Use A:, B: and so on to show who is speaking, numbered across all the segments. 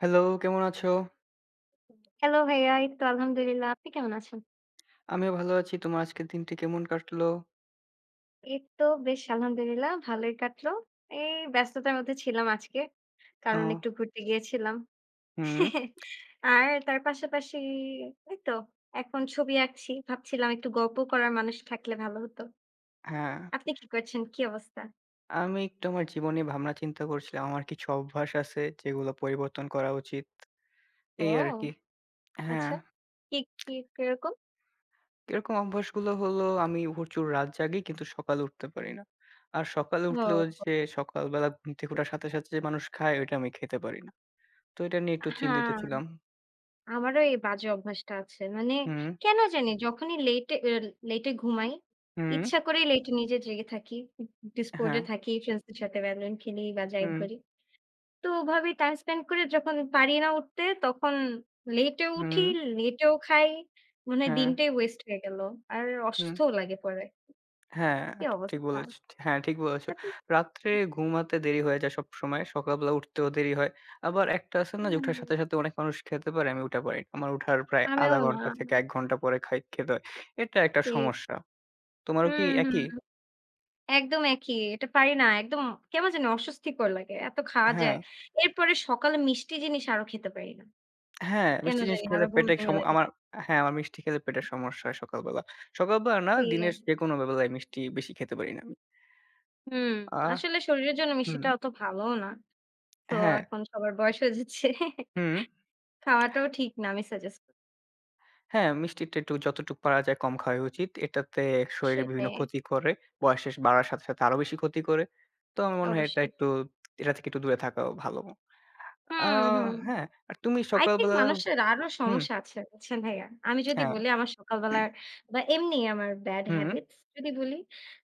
A: Hello, কেমন আছো?
B: Hello ভাইয়া, এই তো আলহামদুলিল্লাহ। আপনি কেমন আছেন?
A: আমিও ভালো আছি। তোমার আজকের দিনটি কেমন কাটলো?
B: এই তো বেশ আলহামদুলিল্লাহ ভালোই কাটলো। এই ব্যস্ততার মধ্যে ছিলাম আজকে।
A: আ
B: কারণ একটু ঘুরতে গিয়েছিলাম।
A: হুম।
B: আর তার পাশাপাশি এই তো এখন ছবি আঁকছি। ভাবছিলাম একটু গল্প করার মানুষ থাকলে ভালো হতো।
A: হ্যাঁ।
B: আপনি কি করছেন? কি অবস্থা?
A: আমি একটু আমার জীবনে ভাবনা চিন্তা করছিলাম। আমার কিছু অভ্যাস আছে যেগুলো পরিবর্তন করা উচিত। এই আরকি।
B: ও
A: হ্যাঁ,
B: আচ্ছা। কি কি কিরকম?
A: এরকম অভ্যাসগুলো হলো আমি প্রচুর রাত জাগি কিন্তু সকালে উঠতে পারি না। আর সকালে উঠলেও
B: ওহো!
A: যে সকালবেলা ঘুম থেকে ওঠার সাথে, সাথে যে মানুষ খায় ওইটা আমি খেতে পারি না। তো এটা নিয়ে একটু চিন্তিত
B: হ্যাঁ।
A: ছিলাম।
B: আমারও এই বাজে অভ্যাসটা আছে। মানে
A: হুম,
B: কেন জানি যখনই লেটে ঘুমাই,
A: হুম,
B: ইচ্ছা করেই লেটে নিজে জেগে থাকি। ডিসকর্ড
A: হ্যাঁ,
B: এ থাকি, ফ্রেন্ডসদের সাথে Valorant খেলি বা যাই
A: হুম,
B: করি। তো ওভাবেই টাইম স্পেন্ড করে যখন পারি না উঠতে তখন লেটেও উঠি,
A: হুম,
B: লেটেও খাই। মনে হয়
A: হ্যাঁ,
B: দিনটাই ওয়েস্ট হয়ে গেল। আর
A: হুম।
B: অসুস্থও লাগে পরে।
A: হ্যাঁ,
B: কি
A: ঠিক
B: অবস্থা?
A: বলেছ হ্যাঁ, ঠিক বলেছ।
B: তারপর-
A: রাত্রে ঘুমাতে দেরি হয়ে যায় সবসময়। সকালবেলা উঠতেও দেরি হয়। আবার একটা আছে না যে উঠার
B: হুম,
A: সাথে, সাথে অনেক মানুষ খেতে পারে, আমি উঠা পারি না। আমার উঠার প্রায়
B: আমিও
A: ০.৫
B: না।
A: ঘন্টা থেকে ১ ঘন্টা পরে খাই খেতে হয়। এটা একটা
B: সে
A: সমস্যা। তোমারও কি
B: হুম, হুম।
A: একই?
B: একদম একই। এটা পারি না। একদম কেমন জানি অস্বস্তিকর লাগে। এত খাওয়া
A: হ্যাঁ,
B: যায়। এরপরে সকালে মিষ্টি জিনিস আরো খেতে পারি না।
A: হ্যাঁ,
B: কেন
A: মিষ্টি জিনিস
B: জানি
A: খেলে
B: আরো বমি,
A: পেটে
B: বমি
A: সম
B: লাগে।
A: আমার। হ্যাঁ, আমার মিষ্টি খেলে পেটের সমস্যা হয় সকালবেলা। সকালবেলা না, দিনের
B: সেম।
A: যেকোনো বেলায় মিষ্টি বেশি খেতে পারি না আমি।
B: হুম,
A: আর
B: আসলে শরীরের জন্য
A: হুম,
B: মিষ্টিটা অত ভালোও না। তো
A: হ্যাঁ,
B: এখন সবার বয়স হয়ে যাচ্ছে।
A: হুম।
B: খাওয়াটাও ঠিক না আমি সাজেস্ট করি।
A: হ্যাঁ, মিষ্টিটা একটু যতটুকু পারা যায় কম খাওয়াই উচিত। এটাতে শরীরে বিভিন্ন
B: সেটাই,
A: ক্ষতি করে। বয়স শেষ বাড়ার সাথে, সাথে আরো বেশি ক্ষতি করে। তো আমার মনে হয় এটা
B: অবশ্যই।
A: একটু এটা থেকে একটু দূরে থাকা ভালো। আ
B: হুম, হুম।
A: হ্যাঁ, আর তুমি
B: I think
A: সকালবেলা
B: মানুষের আরো
A: হুম,
B: সমস্যা আছে বুঝছেন ভাইয়া? আমি যদি
A: হ্যাঁ,
B: বলি আমার সকালবেলার বা এমনি আমার ব্যাড
A: হুম,
B: হ্যাবিটস যদি বলি,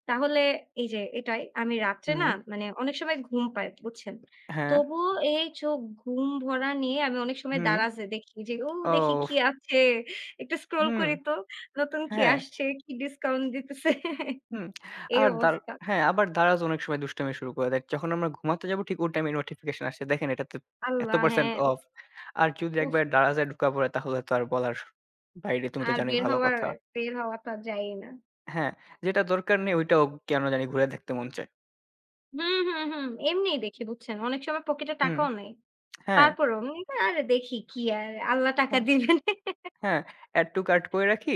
B: তাহলে এই যে এটাই আমি রাত্রে
A: হুম,
B: না মানে অনেক সময় ঘুম পাই বুঝছেন?
A: হ্যাঁ,
B: তবুও এই চোখ ঘুম ভরা নিয়ে আমি অনেক সময়
A: হুম,
B: Daraz এ দেখি যে, ও দেখি
A: ওহ!
B: কি আছে? একটু স্ক্রল
A: হুম,
B: করি তো নতুন কি
A: হ্যাঁ।
B: আসছে? কি ডিসকাউন্ট দিতেছে?
A: হুম,
B: এই
A: আর দার
B: অবস্থা।
A: হ্যাঁ, আবার দারাজ অনেক সময় দুষ্টামি শুরু করে দেয়। যখন আমরা ঘুমাতে যাবো ঠিক ওই টাইমে নোটিফিকেশন আসছে। দেখেন এটাতে
B: আল্লাহ!
A: এত%
B: হ্যাঁ,
A: অফ।
B: উফ,
A: আর যদি
B: উফ
A: একবার দারাজে ঢুকা পড়ে তাহলে তো আর বলার বাইরে, তুমি তো
B: আর
A: জানোই
B: বের
A: ভালো
B: হওয়ার
A: কথা।
B: বের হওয়া তো আর যায়ই না।
A: হ্যাঁ, যেটা দরকার নেই ওইটাও কেন জানি ঘুরে দেখতে মন চায়।
B: হুম, হুম, হুম। এমনিই দেখি বুঝছেন? অনেক সময় পকেটে
A: হুম,
B: টাকাও নাই।
A: হ্যাঁ,
B: তারপরেও মনে হয় আরে দেখি কি আর আল্লাহ টাকা
A: হ্যাঁ,
B: দিবেন।
A: হ্যাঁ, add to cart করে রাখি।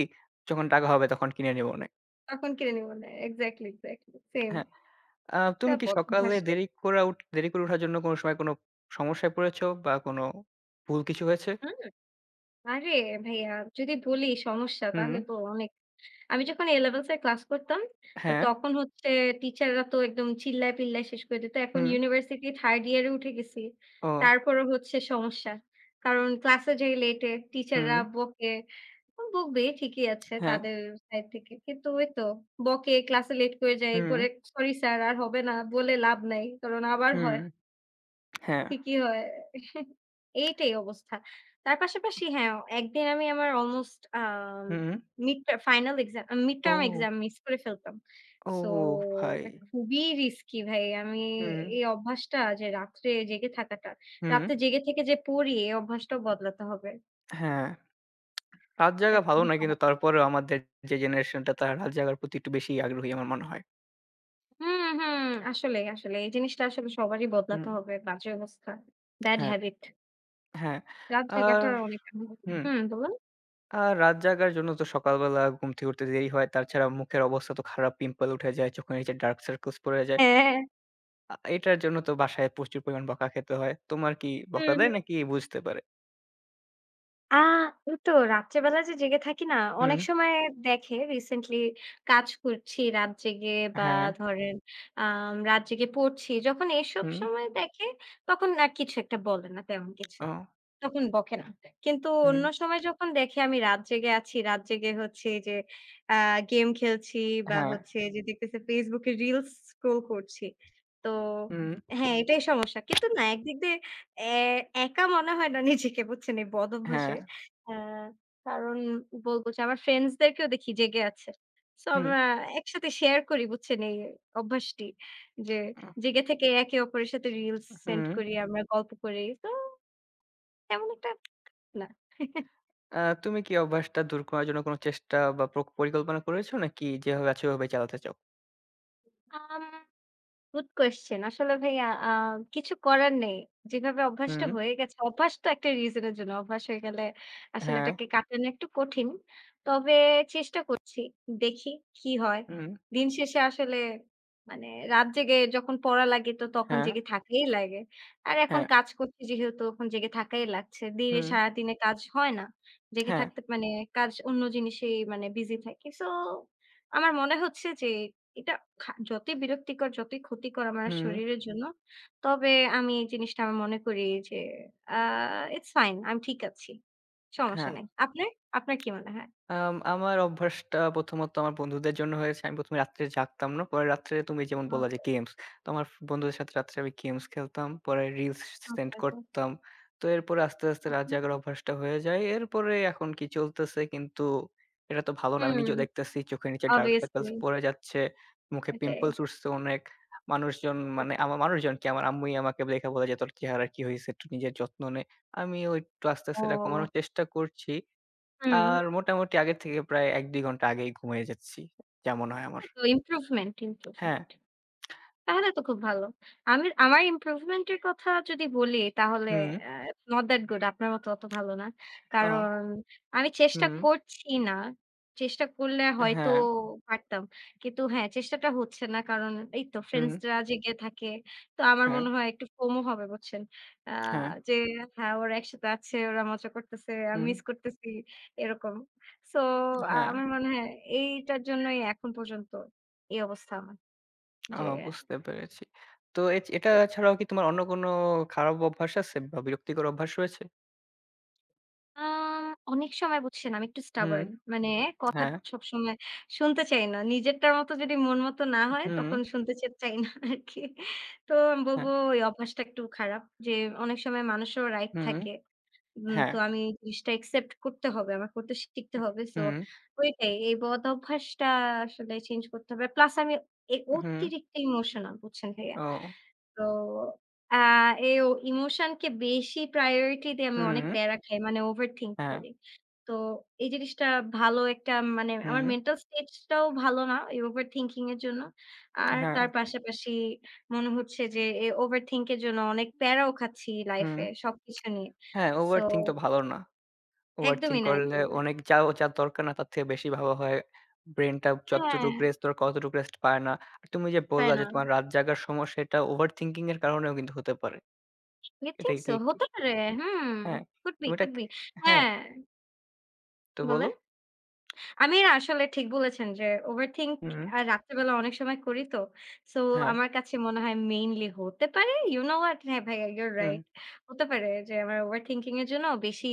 A: যখন টাকা হবে তখন কিনে নিবনে।
B: তখন কিনে নিব না। Exactly, exactly same.
A: হ্যাঁ,
B: এটা
A: তুমি কি সকালে
B: বদভ্যাস।
A: দেরি করে ওঠার জন্য কোনো সময় কোনো সমস্যায় পড়েছো বা কোনো ভুল কিছু হয়েছে?
B: হুম। আরে ভাইয়া যদি বলি সমস্যা
A: হুম,
B: তাহলে তো অনেক আমি যখন A levels এর ক্লাস করতাম, তো
A: হ্যাঁ,
B: তখন হচ্ছে টিচাররা তো একদম চিল্লায় পিল্লায় শেষ করে দিত। এখন
A: হুম।
B: ইউনিভার্সিটি 3rd ইয়ারে উঠে গেছি।
A: ও
B: তারপরেও হচ্ছে সমস্যা। কারণ ক্লাসে যাই লেটে,
A: হুম,
B: টিচাররা বকে। বকবে ঠিকই আছে
A: হ্যাঁ,
B: তাদের সাইড থেকে। কিন্তু ওই তো বকে, ক্লাসে লেট করে যাই।
A: হুম,
B: পরে সরি স্যার আর হবে না বলে লাভ নাই। কারণ আবার
A: হুম,
B: হয়।
A: হ্যাঁ,
B: ঠিকই হয়। এইটাই অবস্থা। তার পাশাপাশি হ্যাঁ, একদিন আমি আমার অলমোস্ট
A: হুম,
B: মিড টার্ম
A: ও,
B: এক্সাম মিস করে ফেলতাম।
A: ও
B: সো
A: ভাই!
B: এটা খুবই রিস্কি ভাই। আমি
A: হুম,
B: এই অভ্যাসটা যে রাত্রে জেগে থাকাটা,
A: হুম,
B: রাত্রে জেগে থেকে যে পড়ি এই অভ্যাসটাও বদলাতে হবে।
A: হ্যাঁ। রাত জাগা
B: এটা
A: ভালো
B: খুবই
A: না কিন্তু
B: খারাপ।
A: তারপরেও আমাদের যে জেনারেশনটা তারা রাত জাগার প্রতি একটু বেশি আগ্রহী আমার মনে হয়।
B: হুম, হুম। আসলেই, আসলে এই জিনিসটা আসলে সবারই
A: হুম,
B: বদলাতে হবে। বাজে অবস্থা। ব্যাড
A: হ্যাঁ,
B: হ্যাবিট।
A: হ্যাঁ।
B: রাত
A: আর
B: জায়গাটা অনেক
A: হুম,
B: হুম, বলুন?
A: আর রাত জাগার জন্য তো সকালবেলা ঘুম থেকে উঠতে দেরি হয়। তাছাড়া মুখের অবস্থা তো খারাপ, পিম্পল উঠে যায়, চোখের নিচে ডার্ক সার্কেলস পড়ে যায়।
B: হ্যাঁ,
A: এটার জন্য তো বাসায় প্রচুর পরিমাণ বকা খেতে হয়। তোমার কি বকা
B: হুম,
A: দেয়
B: হুম।
A: নাকি বুঝতে পারে?
B: আ ওইতো রাত্রে বেলা যে জেগে থাকি না,
A: হুম,
B: অনেক সময় দেখে রিসেন্টলি কাজ করছি রাত জেগে বা
A: হ্যাঁ,
B: ধরেন আম রাত জেগে পড়ছি। যখন এসব
A: হুম,
B: সময় দেখে তখন আর কিছু একটা বলে না তেমন কিছু।
A: ও।
B: তখন বকে না। কিন্তু
A: হুম,
B: অন্য সময় যখন দেখি আমি রাত জেগে আছি, রাত জেগে হচ্ছে যে আ গেম খেলছি বা
A: হ্যাঁ,
B: হচ্ছে যে দেখতেছি Facebook এ রিলস স্ক্রল করছি। তো
A: হুম,
B: হ্যাঁ, এটাই সমস্যা। কিন্তু না একদিক দিয়ে এ একা মনে হয় না নিজেকে বুঝছেন এই বদ
A: হ্যাঁ,
B: অভ্যাসে। আ কারণ বলব যে আমার ফ্রেন্ডস দেরকেও দেখি জেগে আছে। সো
A: হুম,
B: আমরা একসাথে শেয়ার করি বুঝছেন এই অভ্যাসটি। যে
A: উহ
B: জেগে থেকে একে অপরের সাথে রিলস সেন্ড
A: হুম।
B: করি, আমরা গল্প করি। তো তেমন একটা না।
A: আ তুমি কি অভ্যাসটা দূর করার জন্য কোনো চেষ্টা বা পরিকল্পনা করেছো নাকি যেভাবে আছে ওভাবে চালাতে চাও?
B: Um good question. আসলে ভাইয়া কিছু করার নেই। যেভাবে অভ্যাসটা
A: হুম,
B: হয়ে গেছে, অভ্যাস তো একটা রিজন এর জন্য। অভ্যাস হয়ে গেলে আসলে
A: হ্যাঁ,
B: ওটাকে কাটানো একটু কঠিন। তবে চেষ্টা করছি। দেখি কি হয়।
A: হুম,
B: দিন শেষে আসলে মানে রাত জেগে যখন পড়া লাগে তো তখন
A: হ্যাঁ,
B: জেগে থাকাই লাগে। আর এখন
A: হ্যাঁ,
B: কাজ করছি যেহেতু এখন জেগে থাকাই লাগছে। দিনে
A: হুম,
B: সারাদিনে কাজ হয় না। জেগে
A: হ্যাঁ,
B: থাকতে মানে কাজ অন্য জিনিসেই মানে বিজি থাকি। সো আমার মনে হচ্ছে যে এটা যতই বিরক্তিকর, যতই ক্ষতিকর আমার
A: হুম,
B: শরীরের জন্য, তবে আমি এই জিনিসটা আমি মনে করি যে আ ইটস ফাইন, আমি ঠিক আছি। সমস্যা
A: হ্যাঁ।
B: নাই। আপনার? আপনার কি মনে হয়?
A: আমার অভ্যাসটা প্রথমত আমার বন্ধুদের জন্য হয়েছে। আমি ১ম এ রাত্রে জাগতাম না। পরে রাত্রে তুমি যেমন বললা যে
B: ওকে,
A: গেমস। তো আমার বন্ধুদের সাথে রাত্রে আমি গেমস খেলতাম। পরে রিলস
B: ওকে,
A: সেন্ড
B: ওকে,
A: করতাম। তো এরপরে আস্তে, আস্তে রাত
B: ওকে।
A: জাগার অভ্যাসটা হয়ে যায়। এরপরে এখন কি চলতেছে কিন্তু এটা তো ভালো না। আমি নিজেও
B: হুম,
A: দেখতেছি চোখের নিচে ডার্ক সার্কেলস
B: obviously
A: পড়ে যাচ্ছে। মুখে
B: এটাই।
A: পিম্পলস উঠছে অনেক। মানুষজন মানে আমার মানুষজন কি আমার আম্মুই আমাকে দেখে বলে যে, "তোর চেহারার কি হইছে? একটু নিজের যত্ন নে।" আমিও একটু আস্তে, আস্তে এটা
B: ওহ!
A: কমানোর চেষ্টা করছি।
B: হুম,
A: আর মোটামুটি আগের থেকে প্রায় ১-২ ঘন্টা আগেই ঘুমিয়ে যাচ্ছি। যেমন হয় আমার।
B: তো ইমপ্রুভমেন্ট,
A: হ্যাঁ,
B: ইমপ্রুভমেন্ট। তাহলে তো খুব ভালো। আমি আমার ইমপ্রুভমেন্ট এর কথা যদি বলি তাহলে
A: হুম,
B: আ not that good আপনার মতো অত ভালো না।
A: অ,
B: কারণ আমি চেষ্টা
A: হুম,
B: করছি না। চেষ্টা করলে হয়তো
A: হ্যাঁ,
B: পারতাম। কিন্তু হ্যাঁ, চেষ্টাটা হচ্ছে না। কারণ এই তো
A: হুম,
B: ফ্রেন্ডসরা জেগে থাকে। তো আমার
A: হ্যাঁ,
B: মনে হয় একটু FOMO হবে বুঝছেন? আ
A: হ্যাঁ,
B: যে হ্যাঁ, ওরা একসাথে আছে, ওরা মজা করতেছে, আমি
A: হুম,
B: মিস করতেছি এরকম। সো
A: হ্যাঁ।
B: আমার মনে হয় এইটার জন্যই এখন পর্যন্ত এই অবস্থা আমার
A: ও
B: যে
A: বুঝতে পেরেছি। তো এ এটা ছাড়াও কি তোমার অন্য কোনো খারাপ অভ্যাস আছে বা বিরক্তিকর অভ্যাস রয়েছে?
B: আ অনেক সময় বুঝছেন আমি একটু
A: হুম,
B: stubborn মানে কথা
A: হ্যাঁ,
B: সবসময় শুনতে চাই না। নিজেরটার মতো যদি মন মতো না হয়
A: হুম,
B: তখন শুনতে চাই না আরকি। তো আমি বলব
A: হ্যাঁ,
B: এই অভ্যাসটা একটু খারাপ যে অনেক সময় মানুষেরও রাইট
A: হুম,
B: থাকে। উম
A: হ্যাঁ,
B: তো আমি এই জিনিসটা accept করতে হবে। আমার করতে শিখতে হবে। সো
A: হুম,
B: ওইটাই এই বদ অভ্যাসটা আসলে চেঞ্জ করতে হবে। প্লাস আমি
A: হুম,
B: অতিরিক্ত ইমোশনাল বুঝছেন ভাইয়া?
A: ও,
B: তো আ এই ইমোশনকে বেশি প্রায়োরিটি দিয়ে আমি অনেক
A: হুম,
B: প্যারা খাই। মানে ওভারথিংক
A: হ্যাঁ,
B: করি। তো এই জিনিসটা ভালো একটা মানে আমার
A: হুম,
B: মেন্টাল স্টেজটাও ভালো না এই ওভারথিংকিং এর জন্য। আর
A: হ্যাঁ,
B: তার পাশাপাশি মনে হচ্ছে যে এই ওভারথিংক এর জন্য অনেক প্যারাও খাচ্ছি
A: হুম,
B: লাইফে সবকিছু নিয়ে।
A: হ্যাঁ,
B: সো
A: ওভারথিংক তো ভালো না। ওভারথিংক
B: একদমই না,
A: করলে
B: একদমই না।
A: অনেক যা ও যার দরকার না তার থেকে বেশি ভাবা হয়। ব্রেইনটা
B: হ্যাঁ,
A: যতটুক রেস্ট দরকার অতটুক রেস্ট পায় না। আর তুমি যে
B: তাই
A: বললা
B: না?
A: যে তোমার রাত জাগার সমস্যা এটা ওভারথিংকিং এর কারণেও কিন্তু হতে পারে।
B: You
A: এটা
B: think so?
A: কি কি
B: হতে পারে। হুম।
A: হ্যাঁ,
B: could be,
A: তুমি এটা
B: could
A: কি-
B: be
A: হ্যাঁ,
B: হ্যাঁ,
A: তো বলো।
B: বলেন। আমি না আসলে ঠিক বলেছেন যে ওভারথিংক
A: হুম,
B: রাত্রেবেলা অনেক সময় করি তো। সো
A: হ্যাঁ,
B: আমার কাছে মনে হয় মেইনলি হতে পারে ইউ নো হোয়াট? হ্যাঁ, ভাইয়া ইউর
A: হুম,
B: রাইট। হতে পারে যে আমার ওভারথিংকিং এর জন্য বেশি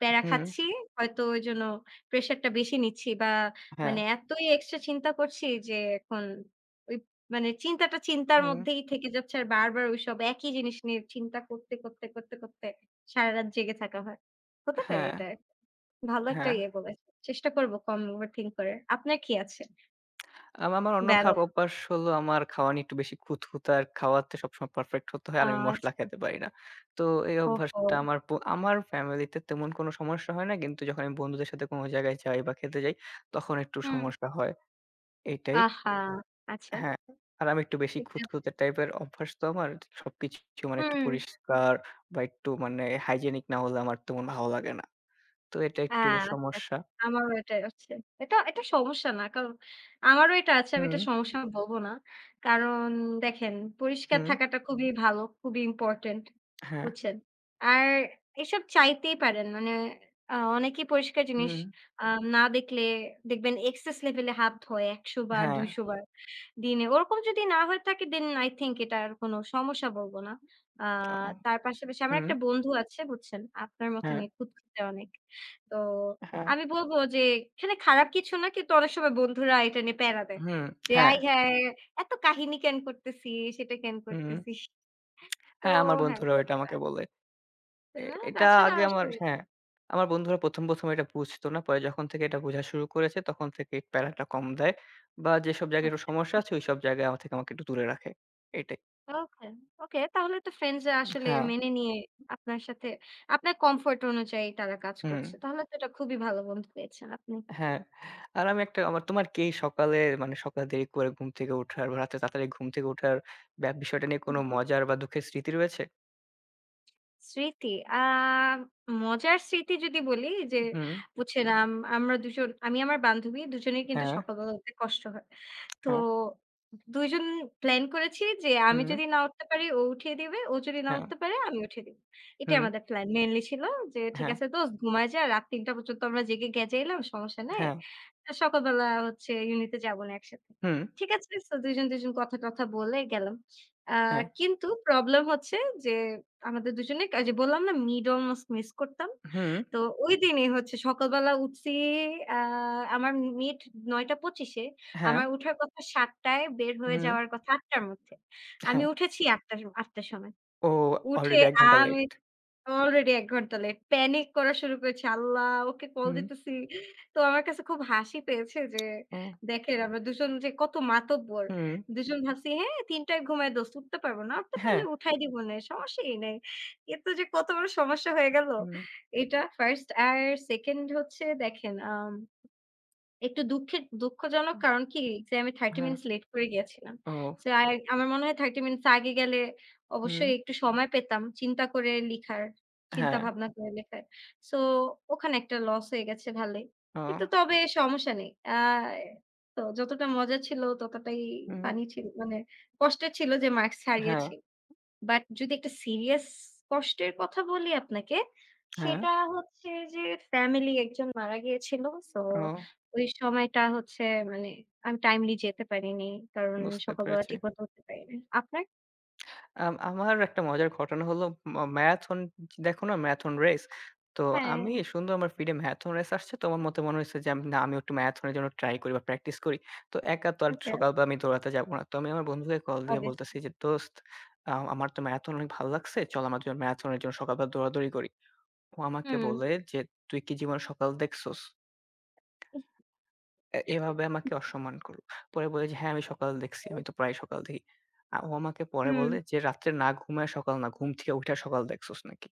B: প্যারা
A: হুম,
B: খাচ্ছি। হয়তো ওইজন্য প্রেশারটা বেশি নিচ্ছি বা
A: হ্যাঁ,
B: মানে এতই এক্সট্রা চিন্তা করছি যে এখন ওই মানে চিন্তাটা চিন্তার
A: হুম,
B: মধ্যেই থেকে যাচ্ছে আর বারবার ওইসব একই জিনিস নিয়ে চিন্তা করতে, করতে, করতে, করতে সারারাত জেগে থাকা হয়। হতে পারে
A: হ্যাঁ,
B: এটা। ভালো একটা
A: হ্যাঁ।
B: ইয়ে বলেছেন। চেষ্টা করব কম ওভারথিংক করার। আপনার কি আছে?
A: আমার অন্য খারাপ
B: ব্যালন
A: অভ্যাস হলো আমার খাওয়া নিয়ে একটু বেশি খুঁতখুঁতে, আর খাওয়াতে সবসময় পারফেক্ট হতে হয়,
B: আ
A: আর আমি মসলা
B: আচ্ছা।
A: খেতে পারি না। তো এই
B: ওহো!
A: অভ্যাসটা আমার ফ্যামিলিতে তেমন কোনো সমস্যা হয় না। কিন্তু যখন আমি বন্ধুদের সাথে কোনো জায়গায় যাই বা খেতে যাই তখন একটু
B: হুম।
A: সমস্যা হয়, এইটাই।
B: আহা! আচ্ছা।
A: হ্যাঁ, আর আমি একটু বেশি
B: এটা
A: খুঁতখুঁতে টাইপের অভ্যাস তো আমার। সবকিছু মানে একটু
B: হুম।
A: পরিষ্কার বা একটু মানে হাইজেনিক না হলে আমার তেমন ভালো লাগে না। তো এটা একটু
B: হ্যাঁ, আচ্ছা।
A: সমস্যা।
B: আমারও এটাই হচ্ছে। এটা, এটা সমস্যা না। কারণ আমারও এটা আছে। আমি
A: হুম,
B: এটা সমস্যা বলব না। কারণ দেখেন পরিষ্কার
A: হুম,
B: থাকাটা খুবই ভালো, খুবই ইম্পোর্টেন্ট।
A: হ্যাঁ,
B: বুঝছেন? আর এসব চাইতেই পারেন। মানে অনেকেই পরিষ্কার জিনিস
A: হুম,
B: আ না দেখলে দেখবেন এক্সেস লেভেলে হাত ধোয় ১০০ বার,
A: হ্যাঁ,
B: ২০০ বার দিনে। ওরকম যদি না হয়ে থাকে দেন আই থিংক এটা আর কোন সমস্যা বলব না। আ
A: ও
B: তার পাশাপাশি আমার
A: হুম,
B: একটা বন্ধু আছে বুঝছেন? আপনার
A: হ্যাঁ,
B: মতনই খুঁতখুঁতে অনেক। তো
A: হ্যাঁ।
B: আমি বলব যে এখানে খারাপ কিছু না কিন্তু অনেক সময় বন্ধুরা এটা নিয়ে প্যারা দেয়।
A: হুম,
B: যে
A: হ্যাঁ,
B: আয় হায়! এত কাহিনী কেন করতেছিস, সেটা কেন
A: হুম,
B: করতেছিস? তো
A: হ্যাঁ, আমার
B: হ্যাঁ,
A: বন্ধুরাও এটা আমাকে বলে। এ
B: তাই না,
A: এটা
B: তাছাড়া
A: আগে আমার
B: আসলে
A: হ্যাঁ, আমার বন্ধুরা ১ম এটা বুঝতো না। পরে যখন থেকে এটা বোঝা শুরু করেছে তখন থেকে এই প্যারাটা কম দেয় বা যেসব জায়গায় একটু
B: আচ্ছা,
A: সমস্যা
B: বাহ!
A: আছে ওইসব জায়গায় আমার থেকে আমাকে একটু দূরে রাখে। এটাই।
B: ওকে, ওকে তাহলে তো ফ্রেন্ডসরা আসলে
A: হ্যাঁ,
B: মেনে নিয়ে আপনার সাথে আপনার কমফোর্ট অনুযায়ী তারা কাজ
A: হুম,
B: করছে। তাহলে তো এটা খুবই ভালো বন্ধু পেয়েছেন আপনি।
A: হ্যাঁ। আর আমি একটা আমার তোমার
B: যাক,
A: কি এই সকালে মানে সকালে দেরি করে ঘুম থেকে ওঠার বা রাতে তাড়াতাড়ি ঘুম থেকে ওঠার বিষয়টা নিয়ে কোনো
B: হুম।
A: মজার বা দুঃখের স্মৃতি রয়েছে?
B: স্মৃতি? আ মজার স্মৃতি যদি বলি যে
A: হুম।
B: বুঝছেন আমরা দুজন আমি আমার বান্ধবী দুজনেই কিন্তু
A: হ্যাঁ,
B: সকালবেলা উঠতে কষ্ট হয়। তো
A: হ্যাঁ,
B: ২ জন প্ল্যান করেছি যে আমি
A: হুম,
B: যদি না উঠতে পারি ও উঠিয়ে দিবে। ও যদি না
A: হ্যাঁ,
B: উঠতে পারে আমি উঠিয়ে দিব। এটাই
A: হুম,
B: আমাদের প্ল্যান মেইনলি ছিল যে ঠিক
A: হ্যাঁ,
B: আছে দোস্ত ঘুমায় যা। রাত ৩ঃ০০ পর্যন্ত আমরা জেগে গেজাইলাম সমস্যা নাই।
A: হুম,
B: আর সকালবেলা হচ্ছে ইউনিতে যাবো না একসাথে।
A: হুম।
B: ঠিক আছে? সো ২ জন কথা-টথা বলে গেলাম। আ
A: হ্যাঁ,
B: কিন্তু প্রবলেম হচ্ছে যে আমাদের দুজনে এই যে বললাম না মিড অলমোস্ট মিস করতাম।
A: হুম,
B: তো ওইদিনই হচ্ছে সকালবেলা উঠছি আ আমার মিড ৯:২৫ এ
A: হ্যাঁ,
B: আমার উঠার কথা ৭:০০ বের
A: হুম,
B: হয়ে
A: হুম।
B: যাওয়ার কথা ৮:০০ র মধ্যে। আমি
A: হ্যাঁ।
B: উঠেছি ৮:০০ ৮:০০ র সময়।
A: ও
B: উঠে
A: অলরেডি ১ ঘন্টা
B: আমি
A: লেট।
B: অলরেডি ১ ঘন্টা লেট। প্যানিক করা শুরু করেছি। আল্লাহ! ওকে কল
A: হুম,
B: দিতেছি। তো আমার কাছে খুব হাসি পেয়েছে যে
A: ও
B: দেখেন আমরা দুজন যে কত মাতব্বর।
A: হুম,
B: দুজন ভাবছি, "হ্যাঁ ৩ টায় ঘুমায় দোস্ত উঠতে পারব না। উঠতে
A: হ্যাঁ,
B: পারলে উঠাই দিবনে, সমস্যাই নাই।" কিন্তু যে কত বড় সমস্যা হয়ে গেল
A: হুম,
B: এটা 1st আর 2nd হচ্ছে দেখেন আম একটু দুঃখের দুঃখজনক
A: হুম,
B: কারণ কি এক্সাম এ 30
A: হ্যাঁ,
B: মিনিটস লেট করে গিয়েছিলাম।
A: ও
B: সো আমার মনে হয় 30 মিনিটস আগে গেলে
A: হুম,
B: অবশ্যই একটু সময় পেতাম চিন্তা করে লিখার, চিন্তা
A: হ্যাঁ,
B: ভাবনা করে লেখার। সো ওখানে একটা লস হয়ে গেছে ভালোই।
A: ও
B: কিন্তু তবে সমস্যা নেই। তো যতটা মজা ছিল ততটাই
A: হুম,
B: ফানি ছিল মানে কষ্টের ছিল যে মার্কস
A: হ্যাঁ,
B: হারিয়েছি। বাট যদি একটা সিরিয়াস কষ্টের কথা বলি আপনাকে,
A: হ্যাঁ,
B: সেটা হচ্ছে যে ফ্যামিলি একজন মারা গিয়েছিল। সো
A: ও
B: ওই সময়টা হচ্ছে মানে আমি টাইমলি যেতে পারিনি। কারণ
A: বুঝতে
B: সকালবেলা
A: পেরেছি।
B: ঠিকমতো উঠতে পারিনি। আপনার?
A: আমার একটা মজার ঘটনা হলো ম্যারাথন, দেখো না ম্যারাথন রেস? তো
B: হ্যাঁ,
A: আমি সুন্দর আমার ফিডে ম্যারাথন রেস আসছে তো আমার মতে মনে হয়েছে যে আমিও একটু ম্যারাথনের জন্য ট্রাই করি বা প্র্যাকটিস করি। তো একা তো আর
B: ওকে
A: সকালবেলা আমি দৌড়াতে যাব না। তো আমি আমার বন্ধুকে কল দিয়ে বলতেছি
B: অবভিয়াসলি।
A: যে, "দোস্ত, আমার তো ম্যারাথন অনেক ভালো লাগছে। চল আমার জন্য ম্যারাথনের জন্য সকালবেলা দৌড়াদৌড়ি করি।" ও আমাকে
B: হুম।
A: বলে যে, "তুই কি জীবনে সকাল দেখছোস?" এভাবে আমাকে অসম্মান করলো। পরে বলে যে, "হ্যাঁ, আমি সকাল দেখছি। আমি তো প্রায় সকাল দেখি।" ও আমাকে পরে
B: হুম।
A: বলে যে, "রাত্রে না ঘুমায়ে সকাল না, ঘুম থেকে উইঠা সকাল দেখছোস নাকি?"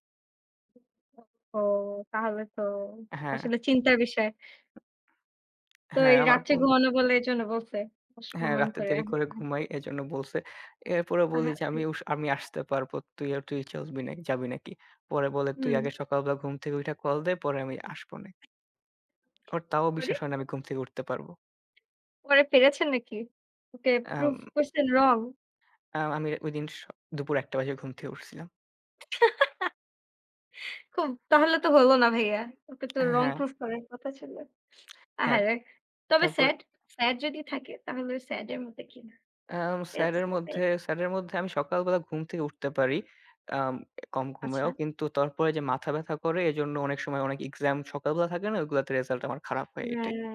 B: ও তাহলে তো
A: হ্যাঁ,
B: আসলে চিন্তার বিষয়। তো
A: হ্যাঁ,
B: এই
A: আমার
B: রাত্রে
A: বোন
B: ঘুমানো বলে এজন্য বলছে।
A: হ্যাঁ,
B: অসম্মান
A: রাতে
B: করে।
A: দেরি করে ঘুমাই এজন্য বলছে। এরপরে
B: আ
A: বলি
B: হা
A: যে, আমি আসতে পারবো। তুই চলবি না যাবি নাকি?" পরে বলে, "তুই
B: হুম।
A: আগে সকালবেলা ঘুম থেকে উইঠা কল দে, পরে আমি আসবো নে।" ওর তাও
B: পরে?
A: বিশ্বাস হয় না আমি ঘুম থেকে উঠতে পারবো।
B: পরে পেরেছেন নাকি? ওকে
A: আম
B: প্রুফ করছেন রং?
A: আ আমি ওইদিন স দুপুর ১ঃ০০ বাজে ঘুম থেকে উঠছিলাম।
B: খুব তাহলে তো হলো না ভাইয়া। ওকে তো রং
A: হ্যাঁ,
B: প্রুফ করার কথা ছিল।
A: হ্যাঁ।
B: আহারে! তবে
A: তারপরে
B: স্যাড, স্যাড যদি থাকে তাহলে ওই স্যাড এর মধ্যে কি? না? এটা স্যাড
A: স্যারের মধ্যে আমি সকালবেলা ঘুম থেকে উঠতে পারি। আম কম
B: আচ্ছা।
A: ঘুমেও। কিন্তু তারপরে যে মাথা ব্যাথা করে এজন্য অনেক সময় অনেক এক্সাম সকালবেলা থাকে না? ওগুলাতে রেজাল্ট আমার খারাপ হয়, এটাই।
B: হ্যাঁ,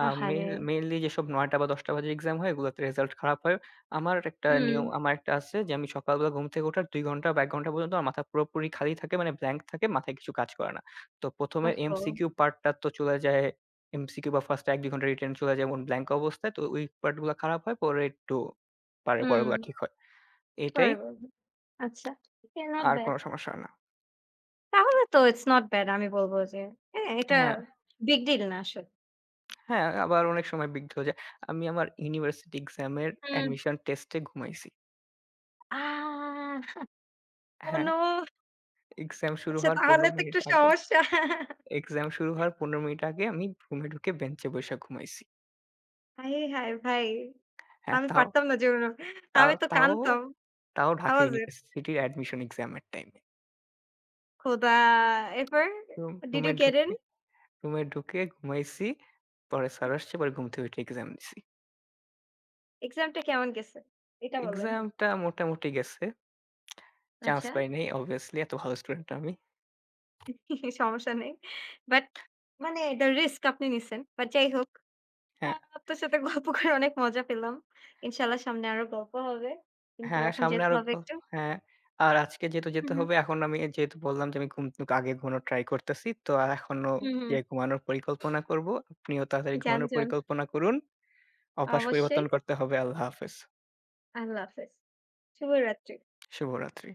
A: আ মেইন
B: আহারে!
A: মেইনলি যেসব ৯ঃ০০ বা ১০ঃ০০ বাজে এক্সাম হয়, এগুলাতে রেজাল্ট খারাপ হয়।
B: হুম,
A: আমার একটা আছে যে আমি সকালবেলা ঘুম থেকে ওঠার ২ ঘন্টা বা ১ ঘন্টা পর্যন্ত আমার মাথা পুরোপুরি খালি থাকে মানে ব্ল্যাংক থাকে, মাথায় কিছু কাজ করে না। তো ১ম এ
B: ওহো!
A: এমসিকিউ পার্টটা তো চলে যায়, এমসিকিউ বা ফার্স্ট ১-২ ঘন্টা রিটেন চলে যায় এমন ব্ল্যাংক অবস্থায়। তো ওই পার্টগুলা খারাপ হয়, পরে একটু
B: হুম,
A: পরেরগুলা ঠিক হয়। এটাই,
B: হরিবল। আচ্ছা। ইয়া নট
A: আর
B: ব্যাড।
A: কোনো সমস্যা হয় না।
B: তাহলে তো ইটস নট ব্যাড আমি বলব যে হ্যাঁ, এটা
A: হ্যাঁ,
B: বিগ ডিল না আসলে।
A: হ্যাঁ, আবার অনেক সময় বিঘ্ন যায়। আমি আমার ইউনিভার্সিটি এক্সামের
B: হুম।
A: অ্যাডমিশন টেস্টে ঘুমাইছি।
B: আ ওহ
A: হ্যাঁ।
B: নো!
A: এক্সাম শুরু
B: আচ্ছা
A: হওয়ার
B: তাহলে
A: ১৫
B: তো
A: মিনিট
B: একটু
A: আগে
B: সমস্যা।
A: এক্সাম শুরু হওয়ার ১৫ মিনিট আগে আমি রুমে ঢুকে বেঞ্চে বইসা ঘুমাইছি।
B: হায়, হায় ভাই!
A: হ্যাঁ,
B: আমি
A: তাও
B: পারতাম না জীবনেও।
A: তাও
B: আমি তো
A: তাও
B: কাঁদতাম।
A: তাও
B: হাউ
A: ঢাকা
B: ওয়াজ ইট?
A: ইউনিভার্সিটির অ্যাডমিশন এক্সামের টাইমে।
B: খোদা! এরপর?
A: রুম
B: ডিড
A: রুমে
B: ইউ গেট ইন?
A: ঢুকে রুমে ঢুকে ঘুমাইছি। পরে
B: হুম,
A: স্যার আসছে, পরে ঘুম থেকে উঠে এক্সাম দিছি।
B: এক্সামটা কেমন গেছে? এটা বলেন।
A: এক্সামটা মোটামুটি গেছে। চান্স
B: আচ্ছা,
A: পাই নাই, obviously এত ভালো স্টুডেন্ট না আমি।
B: সমস্যা নেই। বাট মানে the risk আপনি নিছেন। বাট যাই হোক, আ
A: হ্যাঁ।
B: আপনার সাথে গল্প করে অনেক মজা পেলাম। ইনশাআল্লাহ সামনে আরো গল্প হবে। কিন্তু
A: হ্যাঁ,
B: এখন
A: সামনে
B: যেতে
A: আরো
B: হবে
A: গল্প,
B: একটু।
A: হ্যাঁ। আর আজকে যেহেতু
B: হু,
A: যেতে
B: হু।
A: হবে, এখন আমি যেহেতু বললাম যে আমি ঘুম থেকে আগে ঘুমানোর ট্রাই করতেছি। তো আর এখনো
B: হু, হু।
A: যে ঘুমানোর পরিকল্পনা করব। আপনিও তাড়াতাড়ি
B: যান,
A: ঘুমানোর
B: যান।
A: পরিকল্পনা করুন। অভ্যাস পরিবর্তন
B: অবশ্যই।
A: করতে হবে। আল্লাহ হাফেজ।
B: আল্লাহ হাফেজ। শুভরাত্রি।
A: শুভরাত্রি।